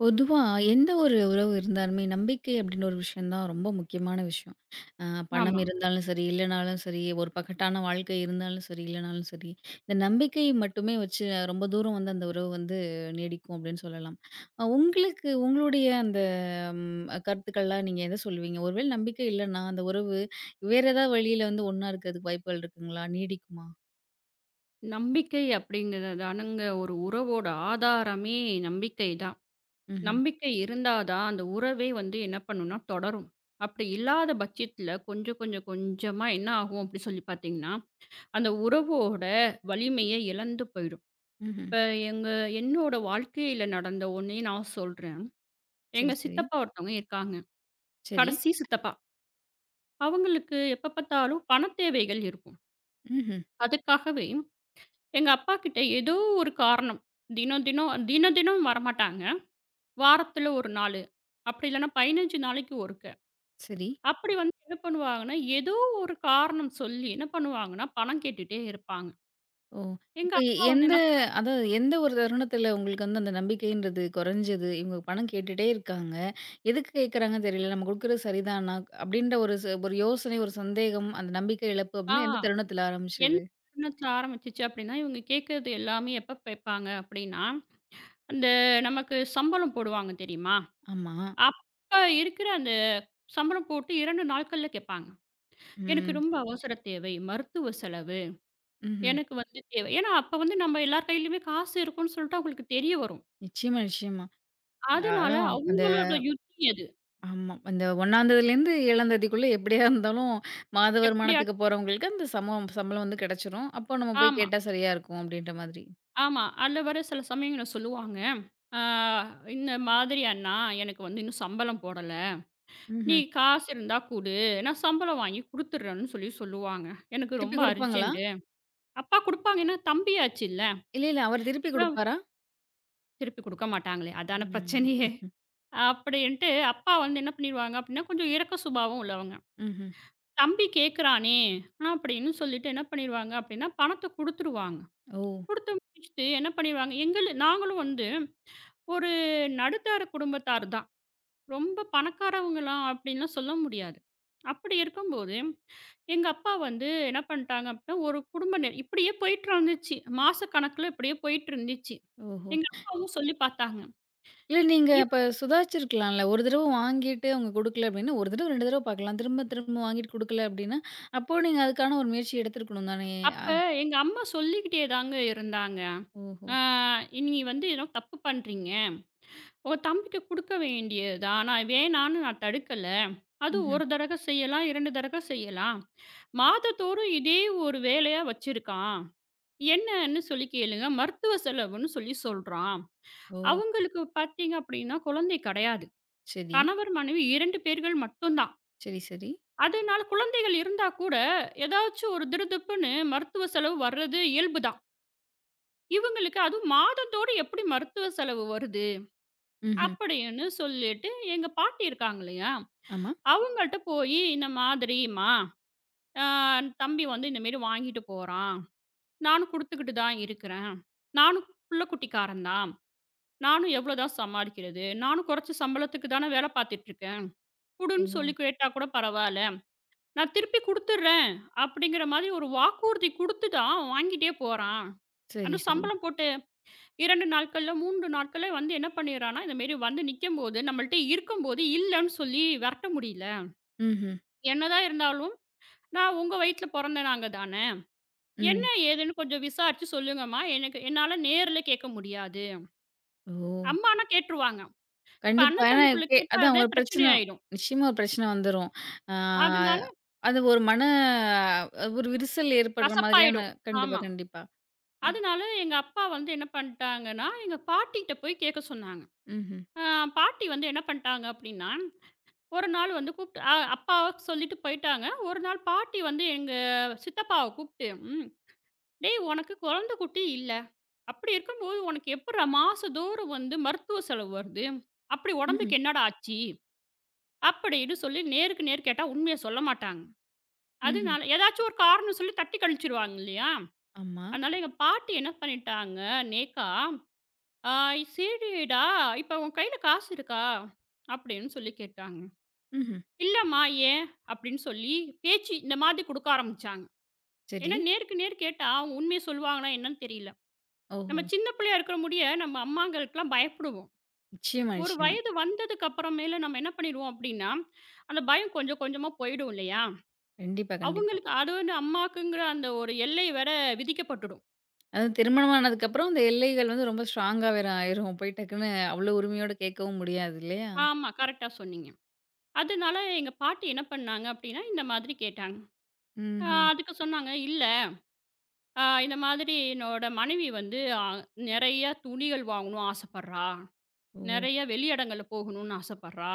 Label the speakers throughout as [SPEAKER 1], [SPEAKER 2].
[SPEAKER 1] பொதுவா எந்த ஒரு உறவு இருந்தாலுமே, நம்பிக்கை அப்டின்ற ஒரு விஷயம் தான் ரொம்ப முக்கியமான விஷயம். அ பணம்
[SPEAKER 2] ஆமா.
[SPEAKER 1] இருந்தாலும் சரி, இல்லனாலும் சரி, ஒரு பக்கட்டான வாழ்க்கை இருந்தாலும் சரி, இல்லனாலும் சரி, இந்த நம்பிக்கை மட்டுமே வச்சு ரொம்ப தூரம் வந்து அந்த உறவு வந்து நீடிக்கும் அப்டின்னு சொல்லலாம். உங்களுக்கு உங்களுடைய அந்த கருத்துக்கள்லாம் நீங்க எத சொல்லுவீங்க? ஒரு வேள நம்பிக்கை இல்லன்னா, அந்த உறவு வேற ஏதாவது வழியில வந்து ஒண்ணா இருக்கிறதுக்கு வாய்ப்புகள் இருக்குங்களா? நீடிக்குமா?
[SPEAKER 2] நம்பிக்கை அப்படிங்கிறதானங்க ஒரு உறவோட ஆதாரமே நம்பிக்கை தான்.
[SPEAKER 1] ம்ஹ்ம்.
[SPEAKER 2] நம்பிக்கை இருந்தா தான் அந்த உறவே வந்து என்ன பண்ணும்னா தொடரும். அப்படி இல்லாத பட்சத்தில கொஞ்சம் கொஞ்சம் கொஞ்சமா என்ன ஆகும் அப்படி சொல்லி பார்த்தீங்கன்னா, அந்த உறவோட வலிமையை இழந்து போயிடும்.
[SPEAKER 1] ம்ஹ்ம்.
[SPEAKER 2] இப்ப எங்க என்னோட வாழ்க்கையில நடந்த ஒண்ணே நான் சொல்றேன்.
[SPEAKER 1] சரி,
[SPEAKER 2] எங்க
[SPEAKER 1] சரி.
[SPEAKER 2] சித்தப்பா ஒருத்தவங்க இருக்காங்க.
[SPEAKER 1] சரி.
[SPEAKER 2] கடைசி சித்தப்பா. அவங்களுக்கு எப்ப பார்த்தாலும் பணத் தேவைகள் இருக்கும்.
[SPEAKER 1] ம்ஹ்ம்.
[SPEAKER 2] அதுக்காகவே எங்க அப்பாகிட்ட ஏதோ ஒரு காரணம். தினம் தினம் தினம் தினம் வரமாட்டாங்க. வாரத்துல 1 நாளு. அப்படி இல்லன்னா 15 நாளைக்கு ஒருக்க.
[SPEAKER 1] சரி.
[SPEAKER 2] அப்படி வந்து என்ன பண்ணுவாங்கன்னா, ஏதோ ஒரு காரணம் சொல்லி என்ன பண்ணுவாங்கன்னா, பணம் கேட்டுட்டே இருப்பாங்க.
[SPEAKER 1] ஓ!
[SPEAKER 2] எங்க
[SPEAKER 1] இப்ப
[SPEAKER 2] அப்பா வந்து
[SPEAKER 1] எந்த
[SPEAKER 2] என்ன
[SPEAKER 1] அதாவது எந்த ஒரு தருணத்தில உங்களுக்கு வந்து அந்த நம்பிக்கைன்றது குறைஞ்சது? இவங்க பணம் கேட்டுட்டே இருக்காங்க. எதுக்கு கேட்கறாங்கன்னு தெரியல. நம்ம குடுக்குறது சரிதானா? அப்படின்ற ஒரு ஒரு யோசனை, ஒரு சந்தேகம், அந்த நம்பிக்கை இழப்பு
[SPEAKER 2] சொன்னா,
[SPEAKER 1] அப்படின்னு எந்த தருணத்தில
[SPEAKER 2] என்ன
[SPEAKER 1] ஆரம்பிச்சது?
[SPEAKER 2] காரணத்துல ஆரம்பிச்சுச்சு அப்படின்னா, இவங்க கேட்கறது எல்லாமே எப்ப கேட்பாங்க அப்படின்னா, அந்த நமக்கு சம்பளம் போடுவாங்க தெரியுமா?
[SPEAKER 1] ஆமா.
[SPEAKER 2] அப்ப இருக்கிற அந்த சம்பளம் போட்டு 2 நாட்கள்ல கேட்பாங்க. "எனக்கு
[SPEAKER 1] ம்.
[SPEAKER 2] ரொம்ப அவசர தேவை. மருத்துவ செலவு."
[SPEAKER 1] ம்ஹ்ம்.
[SPEAKER 2] எனக்கு வந்து தேவை. ஏன்னா, அப்ப வந்து நம்ம எல்லார் கையிலயுமே காசு இருக்குன்னு சொல்லிட்டு அவங்களுக்கு தெரிய வரும்.
[SPEAKER 1] நிச்சயமா, நிச்சயமா.
[SPEAKER 2] அதனால
[SPEAKER 1] அதான் அந்த
[SPEAKER 2] அவங்களோட யுக்தி அது.
[SPEAKER 1] ஆமா. அந்த 1 தேதியிலேருந்து 7 தேதிக்குள்ள எப்படியா இருந்தாலும் மாத வருமானத்துக்கு
[SPEAKER 2] எப்படியாச்சும்
[SPEAKER 1] போறவங்களுக்கு அந்த சமம் சம்பளம் வந்து கிடைச்சிரும். அப்போ நம்ம போய்
[SPEAKER 2] ஆமா,
[SPEAKER 1] கேட்டா சரியா இருக்கும் அப்படின்ற மாதிரி.
[SPEAKER 2] ஆமா. அதுல வர சில சமயங்கள்ல சொல்லுவாங்க. ஆ "இந்த மாதிரி அண்ணா, எனக்கு வந்து இன்னும் சம்பளம் போடல. நீ
[SPEAKER 1] ம்ஹ்ம்.
[SPEAKER 2] காசு இருந்தா குடு. நான் சம்பளம் வாங்கி குடுத்துடுறேன்னு" சொல்லி சொல்லுவாங்க. எனக்கு
[SPEAKER 1] திருப்பி
[SPEAKER 2] ரொம்ப
[SPEAKER 1] குடுப்பாங்களா?
[SPEAKER 2] அர்ஜென்ட். அப்பா குடுப்பாங்க. ஏன்னா தம்பியாச்சுல்ல.
[SPEAKER 1] இல்ல, இல்ல. அவரு திருப்பி
[SPEAKER 2] இப்ப
[SPEAKER 1] குடுப்பாரா?
[SPEAKER 2] திருப்பி குடுக்க மாட்டாங்களே, அதான
[SPEAKER 1] ம்.
[SPEAKER 2] பிரச்சனையே. அப்படின்ட்டு அப்பா வந்து என்ன பண்ணிருவாங்க அப்படின்னா, கொஞ்சம் இரக்க சுபாவம் உள்ளவங்க.
[SPEAKER 1] ம்ஹ்ம்.
[SPEAKER 2] தம்பி கேட்குறானே! அப்படின்னு சொல்லிட்டு என்ன பண்ணிருவாங்க அப்படின்னா, பணத்த குடுத்துருவாங்க.
[SPEAKER 1] ஓ!
[SPEAKER 2] குடுத்து முடிச்சுட்டு என்ன பண்ணிருவாங்க, நாங்களும் வந்து ஒரு நடுத்தர குடும்பத்தார் தான். ரொம்ப பணக்காரவங்கலாம் அப்படின்லாம் சொல்ல முடியாது. அப்படி இருக்கும்போது, எங்க அப்பா வந்து என்ன பண்ணிட்டாங்க அப்படின்னா, ஒரு குடும்ப இப்படியே போயிட்டு இருந்துச்சு. மாச கணக்குல இப்படியே போயிட்டு இருந்துச்சு.
[SPEAKER 1] ஓஹோ!
[SPEAKER 2] எங்க அப்பாவும் சொல்லி பார்த்தாங்க.
[SPEAKER 1] இல்ல நீங்க அப்ப
[SPEAKER 2] இவன்
[SPEAKER 1] சுதாரிச்சிருக்கலாம்ல. ஒரு தடவ வாங்கிட்டு அவங்க குடுக்கல அப்டின்னா, ஒரு தடவ 2 தடவ பாக்கலாம். திரும்ப திரும்ப வாங்கிட்டு குடுக்கல அப்டின்னா, அப்போ நீங்க அதுக்கான ஒரு முயற்சி எடுத்திருக்கணும் தானே!
[SPEAKER 2] அப்ப
[SPEAKER 1] அ
[SPEAKER 2] எங்க அம்மா சொல்லிக்கிட்டே தாங்க இருந்தாங்க.
[SPEAKER 1] ஓஹோ!
[SPEAKER 2] "ஆ நீ வந்து ஏதோ தப்பு பண்றீங்க. உங்க தம்பிக்கு குடுக்க வேண்டியது தான். நான் வேணான்னு நான் தடுக்கல. அது
[SPEAKER 1] ம்ஹ்ம்.
[SPEAKER 2] 1 தடக செய்யலாம், 2 தடக செய்யலாம். மாதந்தோறும் இதே ஒரு வேலையா வச்சிருக்கான். என்னன்னு சொல்லி கேளுங்க. மருத்துவ செலவுன்னு சொல்லி சொல்றான்.
[SPEAKER 1] ஓ!
[SPEAKER 2] அவங்களுக்கு பார்த்தீங்க அப்படின்னா, குழந்தை கிடையாது.
[SPEAKER 1] சரி.
[SPEAKER 2] கணவர், மனைவி 2 பேர்கள் மட்டும் தான்.
[SPEAKER 1] சரி, சரி.
[SPEAKER 2] அதனால குழந்தைகள் இருந்தா கூட, ஏதாச்சும் ஒரு திடுதிப்புன்னு மருத்துவ செலவு வர்றது இயல்பு தான். இவங்களுக்கு அதுவும் மாதந்தோறும் எப்படி மருத்துவ செலவு வருது?
[SPEAKER 1] ம்ஹ்ம்.
[SPEAKER 2] அப்படின்னு சொல்லிட்டு எங்க பாட்டி இருக்காங்க இல்லையா?
[SPEAKER 1] ஆமா.
[SPEAKER 2] அவங்கள்ட்ட போயி, இந்த மாதிரிம்மா, அ தம்பி வந்து இந்த மாரி வாங்கிட்டு போறான். நானும் குடுத்துக்கிட்டு தான் இருக்கிறேன். நானும் புள்ள குட்டிக்காரன் தான். நானும் எவ்ளோ தான் சமாளிக்கிறது? நானும் குறைச்ச சம்பளத்துக்கு தானே வேலை பார்த்துட்டு இருக்கேன்.
[SPEAKER 1] ஓ!
[SPEAKER 2] குடுன்னு சொல்லி கேட்டா கூட பரவால்ல. நான் திருப்பி குடுத்துடுறேன். அப்படிங்கிற மாதிரி ஒரு வாக்குறுதி குடுத்து தான் வாங்கிட்டே போறான்.
[SPEAKER 1] சரி,
[SPEAKER 2] அதுவும்
[SPEAKER 1] சரி.
[SPEAKER 2] சம்பளம் போட்டு 2 நாட்கள்ல, 3 நாட்கள்ல வந்து என்ன பண்ணிடுறான்னா, இந்த மாரி வந்து நிக்கும்போது, நம்மள்ட்ட இருக்கும்போது இல்லன்னு சொல்லி விரட்ட முடியல.
[SPEAKER 1] ம்ஹ்ம்.
[SPEAKER 2] என்னதான் இருந்தாலும் நான் உங்க வயித்துல பொறந்த நாங்க தானே. என்ன
[SPEAKER 1] ம்.
[SPEAKER 2] ஏதுன்னு கொஞ்சம் விசாரிச்சு சொல்லுங்கம்மா. எனக்கு என்னால நேர்ல கேட்க முடியாது.
[SPEAKER 1] ஓ!
[SPEAKER 2] அம்மான்னா கேட்டுருவாங்க. இப்ப
[SPEAKER 1] கண்டிப்பா.
[SPEAKER 2] அண்ணன்
[SPEAKER 1] ஏன்னா
[SPEAKER 2] தம்பிக்குள்ள கேட்டா
[SPEAKER 1] அதான்
[SPEAKER 2] அது
[SPEAKER 1] ஒரு
[SPEAKER 2] பிரச்சனை
[SPEAKER 1] பிரச்சனை
[SPEAKER 2] ஆயிடும்.
[SPEAKER 1] நிச்சயமா ஒரு பிரச்சனை வந்துரும். ஆ
[SPEAKER 2] அதனால
[SPEAKER 1] அது ஒரு ஒரு விரிசல் ஏற்படுற மாதிரியான
[SPEAKER 2] கசப்பாயிடும்.
[SPEAKER 1] கண்டிப்பா,
[SPEAKER 2] ஆமா.
[SPEAKER 1] கண்டிப்பா. அ
[SPEAKER 2] அதனால எங்க அப்பா வந்து என்ன பண்ணிட்டாங்கன்னா, எங்க பாட்டிகிட்ட போய் கேட்க சொன்னாங்க.
[SPEAKER 1] ம்ஹ்ம்.
[SPEAKER 2] அ பாட்டி வந்து என்ன பண்ணிட்டாங்க அப்படின்னா, ஒரு நாள் வந்து கூப்ட்டு அப்பாவ சொல்லிட்டு போயிட்டாங்க. ஒரு நாள் பாட்டி வந்து எங்க சித்தப்பாவ கூப்ட்டு, " டேய் உனக்கு குழந்தை குட்டி இல்ல. அப்படி இருக்கும்போது, "உனக்கு எப்புட்றா மாசந்தோறும் வந்து மருத்துவ செலவு வருது? அப்படி
[SPEAKER 1] ம்ஹ்ம்.
[SPEAKER 2] உடம்புக்கு என்னடா ஆச்சு?" அப்படின்னு சொல்லி நேருக்கு நேர் கேட்டா உண்மைய சொல்ல மாட்டாங்க.
[SPEAKER 1] ம்ஹ்ம்.
[SPEAKER 2] அதனால ஏதாச்சும் ஒரு காரணம் சொல்லி தட்டி கழிச்சுருவாங்க இல்லையா?
[SPEAKER 1] ஆமா.
[SPEAKER 2] அதனால எங்க பாட்டி என்ன பண்ணிட்டாங்க, நேக்கா, "ஆ சரிடா, இப்ப உன் கையில காசு இருக்கா?" அப்படின்னு சொல்லி கேட்டாங்க.
[SPEAKER 1] ம்ஹ்ம்.
[SPEAKER 2] "இல்லம்மா, ஏன்?" அப்படின்னு சொல்லி பேச்சு இந்த மாதிரி குடுக்க ஆரம்பிச்சாங்க.
[SPEAKER 1] சரி.
[SPEAKER 2] ஏன்னா நேருக்கு நேர் கேட்டா அவங்க உண்மைய சொல்லுவாங்களா என்னன்னு தெரியல.
[SPEAKER 1] ஓஹோ!
[SPEAKER 2] நம்ம சின்ன பிள்ளையா இருக்கிற முடிய நம்ம அம்மாங்களுக்கெல்லாம் பயப்படுவோம்.
[SPEAKER 1] நிச்சயமா,
[SPEAKER 2] ஒரு
[SPEAKER 1] நிச்சயமா.
[SPEAKER 2] வயது வந்ததுக்கு அப்புறமேல நம்ம என்ன பண்ணிடுவோம் அப்படின்னா, அந்த பயம் கொஞ்சம் கொஞ்சமா போயிடும் இல்லையா?
[SPEAKER 1] கண்டிப்பா, கண்டிப்பா.
[SPEAKER 2] அவங்களுக்கு அது வந்து அம்மாக்குங்கிற அந்த ஒரு எல்லை வேற விதிக்கப்பட்டுடும்.
[SPEAKER 1] அதுவும் திருமணம் ஆனதுக்கப்புறம் அந்த எல்லைகள் வந்து ரொம்ப ஸ்ட்ராங்கா வேற ஆயிரும். போய் டக்குன்னு அவ்வளோ உரிமையோட கேட்கவும் முடியாது இல்லையா?
[SPEAKER 2] ஆமா, கரெக்ட்டா சொன்னீங்க. அதனால எங்க பாட்டி என்ன பண்ணாங்க அப்படின்னா, இந்த மாதிரி கேட்டாங்க. அ
[SPEAKER 1] ம்ஹ்ம்.
[SPEAKER 2] அதுக்கு சொன்னாங்க, "இல்ல, இந்த மாதிரி என்னோட மனைவி வந்து நெறைய துணிகள் வாங்கணும்னு ஆசைப்படுறா.
[SPEAKER 1] ஓ!
[SPEAKER 2] நெறைய வெளியிடங்கள்ல போகணும்னு ஆசைப்படுறா.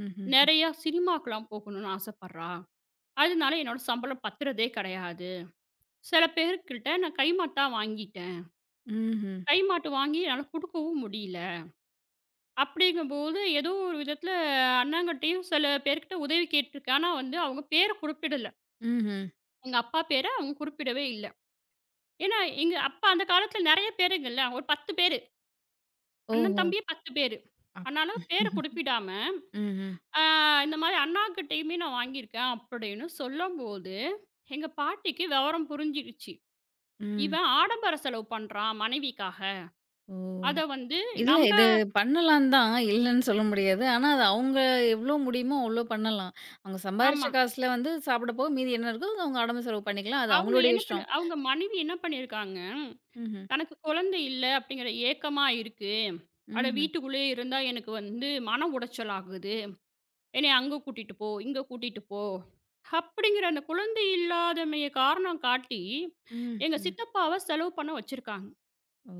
[SPEAKER 1] ம்ஹ்ம்.
[SPEAKER 2] நெறைய சினிமாக்கெல்லாம் போகணும்னு ஆசைப்படுறா. அதனால என்னோட சம்பளம் பத்துறதே கிடையாது." சில பேருக்கிட்ட நான் கைமாட்டா வாங்கிட்டேன்.
[SPEAKER 1] ம்ஹ்ம்.
[SPEAKER 2] கைமாட்டு வாங்கி என்னால குடுக்கவும் முடியல. அப்படிங்கும்போது ஏதோ ஒரு விதத்தில அண்ணாங்கிட்டயும் சில பேர்கிட்ட உதவி கேட்டுருக்கேன். ஆனா வந்து அவங்க பேர குறிப்பிடல.
[SPEAKER 1] ம்ஹ்ம்.
[SPEAKER 2] எங்க அப்பா பேர அவங்க குறிப்பிடவே இல்ல. ஏன்னா எங்க அப்பா அந்த காலத்தில நெறைய பேருங்கல்ல. ஒரு 10 பேரு. அண்ணன்
[SPEAKER 1] ஓஹோ!
[SPEAKER 2] தம்பியே 10 பேரு.
[SPEAKER 1] அப்
[SPEAKER 2] அதனால பேர குறிப்பிடாம,
[SPEAKER 1] ம்ஹ்ம்.
[SPEAKER 2] "ஆ இந்த மாரி அண்ணாகிட்டயுமே நான் வாங்கியிருக்கேன்" அப்படின்னு சொல்லும்போது, எங்க பாட்டிக்கு விவரம் புரிஞ்சிருச்சு.
[SPEAKER 1] ம்.
[SPEAKER 2] இவன் ஆடம்பர செலவு பண்றான் மனைவிக்காக.
[SPEAKER 1] ஓ!
[SPEAKER 2] அத வந்து
[SPEAKER 1] இல்ல
[SPEAKER 2] நம்ப
[SPEAKER 1] இது பண்ணலாம் தான். இல்லன்னு சொல்ல முடியாது. ஆனா, அது அவங்க எவ்ளோ முடியுமோ அவ்ளோ பண்ணலாம். அவங்க சம்பாரிச்ச
[SPEAKER 2] ஆமா.
[SPEAKER 1] காசுல வந்து சாப்பிட போக மீதி என்ன இருக்கோ, அத அவங்க உடம்பு செலவு பண்ணிக்கலாம். அது அவங்களுடைய இஷ்டம்.
[SPEAKER 2] அவங்க மனைவி என்ன பண்ணியிருக்காங்க,
[SPEAKER 1] ம்ஹ்ம்.
[SPEAKER 2] தனக்கு குழந்தை இல்ல அப்படிங்கிற ஏக்கமா இருக்கு. அட
[SPEAKER 1] ம்ஹ்ம்.
[SPEAKER 2] வீட்டுக்குள்ளேயே இருந்தா எனக்கு வந்து மன உளைச்சல் ஆகுது. என்னைய அங்க கூட்டிட்டு போ, இங்க கூட்டிட்டு போ. அப்படிங்கிற அந்த குழந்தை இல்லாதமைய காரணம் காட்டி, எங்க
[SPEAKER 1] ம்ஹ்ம்.
[SPEAKER 2] சித்தப்பாவ செலவு பண்ண வச்சிருக்காங்க.
[SPEAKER 1] ஓ!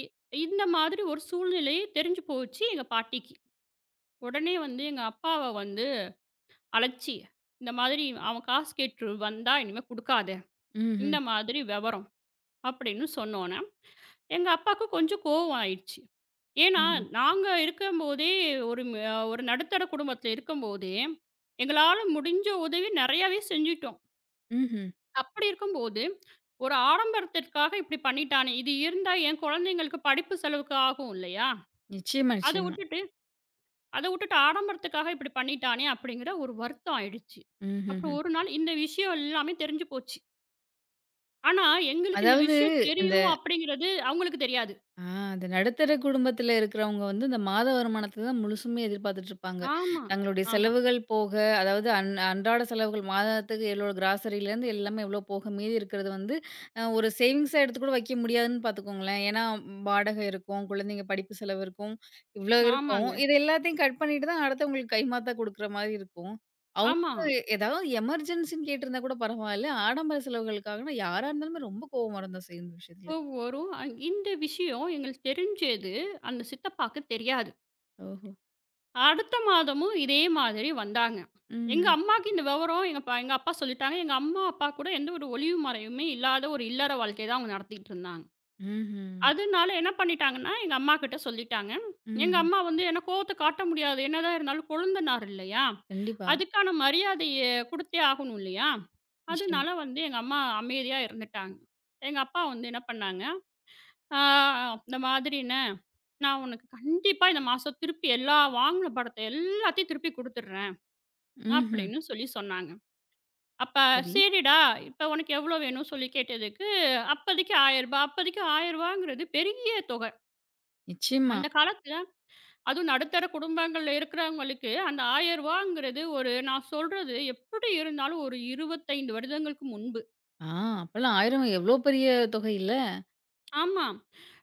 [SPEAKER 2] இ இந்த மாதிரி ஒரு சூழ்நிலை தெரிஞ்சு போச்சு எங்க பாட்டிக்கு. உடனே வந்து எங்க அப்பாவ வந்து அழைச்சு, இந்த மாதிரி அவன் காசு கேட்டு வந்தா இனிமே குடுக்காத. இந்த
[SPEAKER 1] ம்ஹ்ம்.
[SPEAKER 2] மாதிரி விவரம் அப்படின்னு சொன்னோன எங்க அப்பாவுக்கு கொஞ்சம் கோவம் ஆயிடுச்சு. ஏன்னா,
[SPEAKER 1] ம்ஹ்ம்.
[SPEAKER 2] நாங்க இருக்கும்போதே ஒரு ம ஒரு நடுத்தர குடும்பத்தில இருக்கும்போதே, எங்களால முடிஞ்ச உதவி நெறையாவே செஞ்சுட்டோம்.
[SPEAKER 1] ம்ஹ்ம்.
[SPEAKER 2] அப்படி இருக்கும்போது, ஒரு ஆடம்பரத்திற்காக இப்படி பண்ணிட்டானே, இது இருந்தா என் குழந்தைங்களுக்கு படிப்பு செலவுக்கு ஆகும் இல்லையா?
[SPEAKER 1] நிச்சயமா,
[SPEAKER 2] அத
[SPEAKER 1] நிச்சயமா.
[SPEAKER 2] விட்டுட்டு அத விட்டுட்டு ஆடம்பரத்துக்காக இப்படி பண்ணிட்டானே அப்படிங்கிற ஒரு வருத்தம் ஆயிடுச்சு.
[SPEAKER 1] ம்ஹ்ஹ்ம்.
[SPEAKER 2] அப்புறம் ஒரு நாள் இந்த விஷயம் எல்லாமே தெரிஞ்சு போச்சு. ஆனா, எங்களுக்கு இந்த
[SPEAKER 1] அதாவது
[SPEAKER 2] விஷயம்
[SPEAKER 1] இந்த
[SPEAKER 2] தெரியும் அப்படிங்கிறது அவங்களுக்கு தெரியாது.
[SPEAKER 1] ஆ, அந்த நடுத்தர குடும்பத்துல இருக்கிறவங்க வந்து இந்த மாத வருமானத்த தான் முழுசுமே எதிர்பார்த்துட்டு இருப்பாங்க.
[SPEAKER 2] ஆமா,
[SPEAKER 1] தங்களுடைய
[SPEAKER 2] ஆமா,
[SPEAKER 1] செலவுகள் போக, அதாவது அன்றாட செலவுகள் மாதத்துக்கு எவ்வளோ கிராசரிலேருந்து எல்லாமே எவ்வளோ போக மீதி இருக்கிறது வந்து ஒரு சேவிங்ஸா எடுத்து கூட வைக்க முடியாதுன்னு பார்த்துக்கோங்களேன். ஏன்னா வாடகை இருக்கும், குழந்தைங்க படிப்பு செலவு இருக்கும், இவ்வளோ இருக்கும்.
[SPEAKER 2] ஆமாங்க.
[SPEAKER 1] இது எல்லாத்தையும் கட் பண்ணிட்டு தான் அடுத்தவங்களுக்கு கைமாத்தா குடுக்குற மாரி இருக்கும். அவங்க
[SPEAKER 2] ஆமா.
[SPEAKER 1] ஏதாவது எமர்ஜென்சின்னு கேட்டிருந்தா கூட பரவாயில்ல. ஆடம்பர செலவுகளுக்காகனா யாரா இருந்தாலுமே ரொம்ப கோவம் வரும் தான் செய்யும் இந்த விஷயத்துல.
[SPEAKER 2] இப்போ வரும். இந்த விஷயம் எங்களுக்கு தெரிஞ்சது. அந்த சித்தப்பாக்கு தெரியாது.
[SPEAKER 1] ஓஹோ!
[SPEAKER 2] அடுத்த மாதமும் இதே மாதிரி வந்தாங்க. எங்க
[SPEAKER 1] ம்.
[SPEAKER 2] அம்மாக்கு இந்த விவரம் எங்க அப்பா சொல்லிட்டாங்க. எங்க அம்மா, அப்பா கூட எந்த ஒரு ஒளிவு மறைவுமே இல்லாத ஒரு இல்லற வாழ்க்கைய தான் அவங்க நடத்திட்டு இருந்தாங்க.
[SPEAKER 1] ம்ஹ்ம்.
[SPEAKER 2] அதனால என்ன பண்ணிட்டாங்கன்னா, எங்க அம்மா கிட்ட சொல்லிட்டாங்க. எங்க
[SPEAKER 1] ம்ஹ்ம்.
[SPEAKER 2] அம்மா வந்து ஏன்னா கோவத்த காட்ட முடியாது. என்னதான் இருந்தாலும் கொழுந்தனார் இல்லையா?
[SPEAKER 1] கண்டிப்பா.
[SPEAKER 2] அதுக்கான மரியாதைய குடுத்தே ஆகணும் இல்லையா?
[SPEAKER 1] நிச்சயமா.
[SPEAKER 2] அதனால வந்து எங்க அம்மா அமைதியா இருந்துட்டாங்க. எங்க அப்பா வந்து என்ன பண்ணாங்க ஆ அந்த மாதிரின்னு, "நான் உனக்கு கண்டிப்பா இந்த மாசம் திருப்பி எல்லா வாங்குன பணத்த எல்லாத்தையும் திருப்பி குடுத்துடுறேன்"
[SPEAKER 1] ம்ஹ்ம்.
[SPEAKER 2] அப்படின்னு சொல்லி சொன்னாங்க. அப்ப
[SPEAKER 1] சரி.
[SPEAKER 2] "சரிடா, இப்ப உனக்கு எவ்வளோ வேணும்?" சொல்லி கேட்டதுக்கு, அப்போதைக்கு ரூ. 1000 அப்போதைக்கு ரூ. 1000ங்கிறது பெரிய தொகை.
[SPEAKER 1] நிச்சயமா.
[SPEAKER 2] அந்த காலத்துல அதுவும் நடுத்தர குடும்பங்கள்ல இருக்கிறவங்களுக்கு அந்த ரூ. 1000ங்கிறது ஒரு நான் சொல்றது எப்படி இருந்தாலும் ஒரு 25 வருடங்களுக்கு முன்பு.
[SPEAKER 1] ஆ அப்பலாம் 1000 எவ்ளோ பெரிய தொகை இல்ல?
[SPEAKER 2] ஆமா.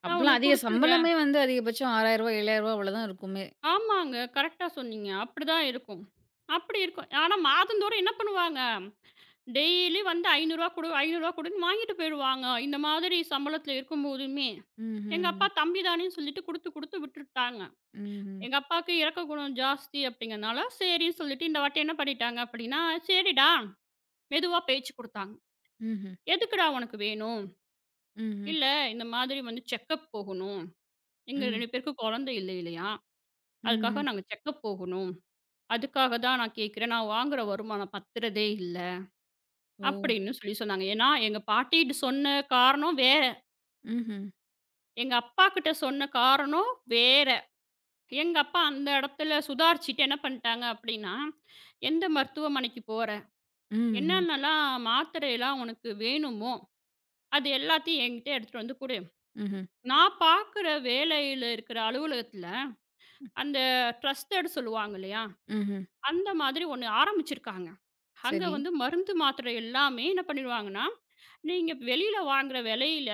[SPEAKER 2] "நான்
[SPEAKER 1] அப்பலாம்
[SPEAKER 2] உனக்கு
[SPEAKER 1] அதிக
[SPEAKER 2] குடுத்துடுறேன்."
[SPEAKER 1] சம்பளமே வந்து அதிகபட்சம் ரூ. 6000 ரூ. 7000 அவ்வளோதான் இருக்குமே.
[SPEAKER 2] ஆமாங்க. கரெக்ட்டா சொன்னீங்க. அப்படிதான் இருக்கும். அப்படி இருக்கும். ஆனா மாதந்தோறும் என்ன பண்ணுவாங்க, டெய்லி வந்து ரூ. 500 குடு, ரூ. 500 குடுன்னு வாங்கிட்டு போயிருவாங்க. இந்த மாதிரி சம்பளத்தில இருக்கும்போதுமே. எங்க
[SPEAKER 1] ம்ஹ்ம்.
[SPEAKER 2] அப்பா தம்பி தானேன்னு சொல்லிட்டு குடுத்து, குடுத்து விட்டுட்டாங்க.
[SPEAKER 1] ம்ஹ்ம்.
[SPEAKER 2] எங்க அப்பாவுக்கு இரக்க குணம் ஜாஸ்தி அப்படிங்கிறனால, சரின்னு சொல்லிட்டு இந்த வாட்டி என்ன பண்ணிட்டாங்க அப்படின்னா, "சரிடா" மெதுவா பேச்சு குடுத்தாங்க.
[SPEAKER 1] ம்ஹ்ம்.
[SPEAKER 2] "எதுக்குடா உனக்கு வேணும்?
[SPEAKER 1] ம்ஹ்ம்.
[SPEAKER 2] இல்ல இந்த மாதிரி வந்து செக்கப் போகணும். எங்க
[SPEAKER 1] ம்.
[SPEAKER 2] 2 பேருக்கும் குழந்தை இல்லை இல்லையா?
[SPEAKER 1] ம்ஹ்ம்.
[SPEAKER 2] அதுக்காக நாங்க செக்கப் போகணும்." அதுக்காக தான் நான் கேட்கிறேன். நான் வாங்குற வருமானம் பத்துறதே இல்ல.
[SPEAKER 1] ஓ!
[SPEAKER 2] அப்படின்னு சொல்லி சொன்னாங்க. ஏன்னா, எங்க பாட்டிட்ட சொன்ன காரணம் வேற.
[SPEAKER 1] ம்ஹ்ம்.
[SPEAKER 2] எங்க அப்பாகிட்ட சொன்ன காரணம் வேற. எங்க அப்பா அந்த இடத்துல சுதாரிச்சுட்டு என்ன பண்ணிட்டாங்க அப்படின்னா, "எந்த மருத்துவமனைக்கு போற?
[SPEAKER 1] ம்ஹ்ம்.
[SPEAKER 2] என்னென்னலாம் மாத்திரைலாம் உனக்கு வேணுமோ, அது எல்லாத்தையும் என்கிட்ட எடுத்துட்டு வந்து குடு.
[SPEAKER 1] ம்ஹ்ம்.
[SPEAKER 2] நான் பார்க்குற வேலையில இருக்கிற அலுவலகத்தில அந்த ட்ரஸ்டட் சொல்லுவாங்க இல்லையா?
[SPEAKER 1] ம்ஹ்ம்.
[SPEAKER 2] அந்த மாதிரி ஒண்ணு ஆரம்பிச்சிருக்காங்க. அங்க
[SPEAKER 1] சரி.
[SPEAKER 2] வந்து மருந்து, மாத்திரை எல்லாமே என்ன பண்ணிருவாங்கன்னா, நீங்க வெளியில வாங்குற விலையில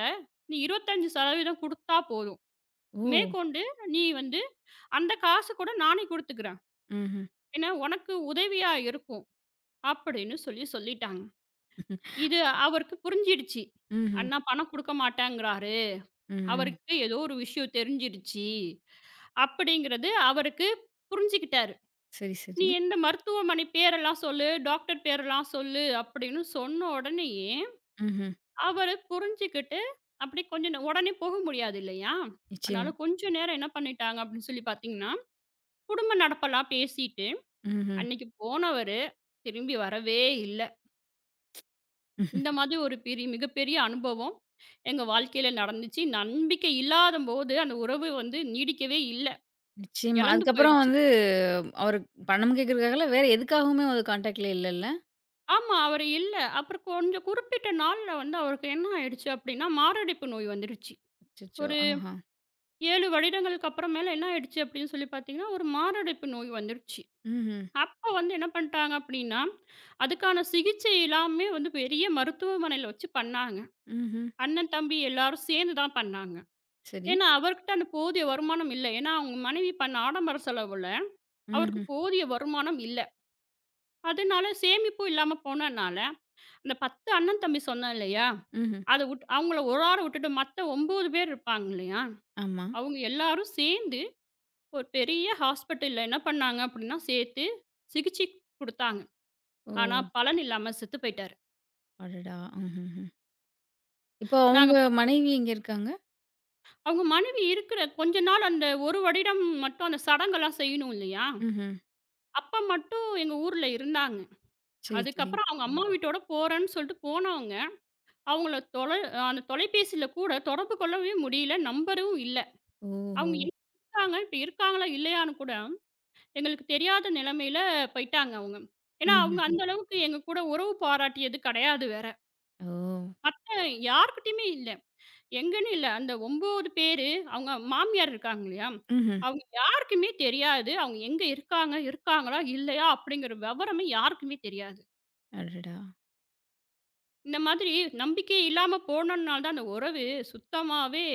[SPEAKER 2] நீ 25% குடுத்தா போதும்.
[SPEAKER 1] ஓ!
[SPEAKER 2] மேற்கொண்டு நீ வந்து அந்த காசு கூட நானே குடுத்துக்கிறேன்.
[SPEAKER 1] ம்ஹ்ம்.
[SPEAKER 2] ஏன்னா உனக்கு உதவியா இருக்கும் அப்படின்னு சொல்லி சொல்லிட்டாங்க. இது அவருக்கு புரிஞ்சிடுச்சு.
[SPEAKER 1] ம்ஹ்ம்.
[SPEAKER 2] அண்ணா பணம் குடுக்க மாட்டேங்கிறாரு.
[SPEAKER 1] ம்.
[SPEAKER 2] அவருக்கு ஏதோ ஒரு விஷயம் தெரிஞ்சிடுச்சு. அப்படிங்கிறது அவருக்கு புரிஞ்சுகிட்டாரு.
[SPEAKER 1] சரி, சரி.
[SPEAKER 2] நீ எந்த மருத்துவமனை பேரெல்லாம் சொல்லு, டாக்டர் பேரெல்லாம் சொல்லு அப்படின்னு சொன்ன உடனேயே,
[SPEAKER 1] ம்ஹ்ம்.
[SPEAKER 2] அவரு புரிஞ்சுகிட்டு அப்படி கொஞ்சம் உடனே போக முடியாது இல்லையா?
[SPEAKER 1] நிச்சயமா.
[SPEAKER 2] அதனால கொஞ்சம் நேரம் என்ன பண்ணிட்டாங்க அப்படின்னு சொல்லி பார்த்தீங்கன்னா, குடும்ப நடப்பெல்லாம் பேசிட்டு,
[SPEAKER 1] ம்ஹ்ம்.
[SPEAKER 2] அன்னைக்கு போனவரு திரும்பி வரவே இல்ல. இந்த மாதிரி ஒரு பெரிய மிகப்பெரிய அனுபவம் எங்க வாழ்க்கையில நடந்துச்சு. நம்பிக்கை இல்லாதம்போது அந்த உறவு வந்து நீடிக்கவே இல்ல.
[SPEAKER 1] நிச்சயமா.
[SPEAKER 2] இழந்து
[SPEAKER 1] அதுக்கப்புறம்
[SPEAKER 2] போயிடுச்சு.
[SPEAKER 1] வந்து அவரு பணம் கேட்கறதுக்காகல வேற எதுக்காகவுமே அவர் கான்டாக்ட்ல இல்லல்ல?
[SPEAKER 2] ஆமா. அவரு இல்ல. அப்புறம் கொஞ்சம் குறிப்பிட்ட நாள்ல வந்து அவருக்கு என்ன ஆயிடுச்சு அப்டின்னா, மாரடைப்பு நோய் வந்துருச்சு.
[SPEAKER 1] அச்சச்சோ!
[SPEAKER 2] ஒரு
[SPEAKER 1] ஆஹா.
[SPEAKER 2] 7 வருடங்களுக்கு அப்புறமேல என்ன ஆயிடுச்சு அப்டின்னு சொல்லி பார்த்தீங்கன்னா, ஒரு மாரடைப்பு நோய் வந்துருச்சு.
[SPEAKER 1] ம்ஹ்ம்.
[SPEAKER 2] அப்போ வந்து என்ன பண்ட்டாங்க அப்டின்னா, அதுக்கான சிகிச்சை எல்லாமே வந்து பெரிய மருத்துவமனையில வச்சு பண்ணாங்க.
[SPEAKER 1] ம்ஹ்ம்.
[SPEAKER 2] அண்ணன், தம்பி எல்லாரும் சேர்ந்து தான் பண்ணாங்க.
[SPEAKER 1] சரி.
[SPEAKER 2] ஏன்னா, அவர்கிட்ட அந்த போதிய வருமானம் இல்ல. ஏன்னா, அவங்க மனைவி பண்ண ஆடம்பர செலவுல அவருக்கு
[SPEAKER 1] ம்ஹ்ம்.
[SPEAKER 2] போதிய வருமானம் இல்ல. அதனால சேமிப்பும் இல்லாம போனனால, அந்த 10 அண்ணன், தம்பி சொன்னேன் இல்லையா?
[SPEAKER 1] ம்ஹ்ம்.
[SPEAKER 2] அத உட் அவங்கள ஒரு ஆள விட்டுட்டு மத்த 9 பேர் இருப்பாங்க இல்லையா?
[SPEAKER 1] ஆமா.
[SPEAKER 2] அவங்க எல்லாரும் சேர்ந்து ஒரு பெரிய ஹாஸ்பிட்டல்ல என்ன பண்ணாங்க அப்படின்னா, சேர்த்து சிகிச்சை குடுத்தாங்க.
[SPEAKER 1] ஓ!
[SPEAKER 2] ஆனா பலன் இல்லாம செத்து போயிட்டாரு.
[SPEAKER 1] அடடா! ம்ஹ்ஹ்ம். இப்போ
[SPEAKER 2] நாங்க
[SPEAKER 1] அவங்க
[SPEAKER 2] ப
[SPEAKER 1] மனைவி எங்க இருக்காங்க?
[SPEAKER 2] அவங்க மனைவி இருக்கிற கொஞ்ச நாள் அந்த 1 வருடம் மட்டும் அந்த சடங்கெல்லாம் செய்யணும் இல்லையா?
[SPEAKER 1] ம்ஹ்ம்.
[SPEAKER 2] அப்ப மட்டும் எங்க ஊர்ல இருந்தாங்க.
[SPEAKER 1] சரி, சரி.
[SPEAKER 2] அதுக்கப்புறம் அவங்க அம்மா வீட்டோட போறேன்னு சொல்லிட்டு போனவங்க, அவங்கள தொலை அந்த தொலைபேசியில கூட தொடர்பு கொள்ளவே முடியல. நம்பரும் இல்ல.
[SPEAKER 1] ஓஹோ!
[SPEAKER 2] அவங்க எங்க இருக்காங்க இப்ப இருக்காங்களா? இல்லையான்னு கூட எங்களுக்கு தெரியாத நிலைமையில போயிட்டாங்க அவங்க. ஏன்னா, அவங்க
[SPEAKER 1] ம்ஹ்ஹ்ம்.
[SPEAKER 2] அந்த அளவுக்கு எங்க கூட உறவு பாராட்டியது கிடையாது வேற.
[SPEAKER 1] ஓ!
[SPEAKER 2] மத்த யார்கிட்டயுமே இல்ல. எங்கன்னு இல்ல. அந்த 9 பேரு அவங்க மாமியார் இருக்காங்க இல்லையா?
[SPEAKER 1] ம்ஹ்ம்.
[SPEAKER 2] அவங்க யாருக்குமே தெரியாது. அவங்க எங்க இருக்காங்க, இருக்காங்களா இல்லையா? அப்படிங்கிற விவரமே யாருக்குமே தெரியாது.
[SPEAKER 1] அடடா!
[SPEAKER 2] இந்த மாதிரி நம்பிக்கை இல்லாம போனனால தான் அந்த உறவு சுத்தமாவே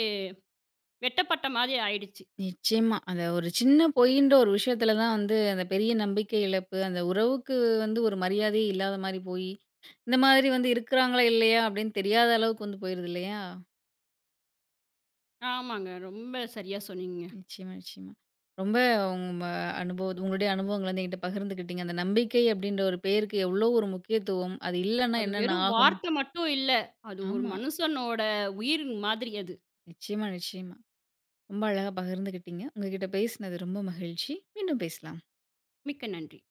[SPEAKER 2] வெட்டப்பட்ட மாதிரி ஆயிடுச்சு.
[SPEAKER 1] நிச்சயமா. அந்த ஒரு சின்ன பொய்ன்ற ஒரு விஷயத்துல தான் வந்து, அந்த பெரிய நம்பிக்கை இழப்பு, அந்த உறவுக்கு வந்து ஒரு மரியாதையே இல்லாத மாரி போயி, இந்த மாதிரி வந்து இருக்கிறாங்களா, இல்லையா அப்டின்னு தெரியாத அளவுக்கு வந்து போயிருது இல்லையா?
[SPEAKER 2] ஆமாங்க. ரொம்ப சரியா சொன்னீங்க.
[SPEAKER 1] நிச்சயமா, நிச்சயமா. ரொம்ப உங்க உங்களுடைய அனுபவங்கள வந்து என்கிட்ட பகிர்ந்துக்கிட்டீங்க. அந்த நம்பிக்கை அப்டின்ற ஒரு பேருக்கு எவ்ளோ ஒரு முக்கியத்துவம், அது இல்லன்னா
[SPEAKER 2] அது
[SPEAKER 1] என்னென்ன
[SPEAKER 2] வெறும்
[SPEAKER 1] ஆகும்?
[SPEAKER 2] வார்த்தை மட்டும் இல்ல. அது ஒரு
[SPEAKER 1] ஆமா.
[SPEAKER 2] மனுஷனோட உயிர் மாதிரி அது.
[SPEAKER 1] நிச்சயமா, நிச்சயமா. ரொம்ப அழகா பகிர்ந்துக்கிட்டீங்க. உங்ககிட்ட பேசினது ரொம்ப மகிழ்ச்சி. மீண்டும் பேசலாம்.
[SPEAKER 2] மிக்க நன்றி.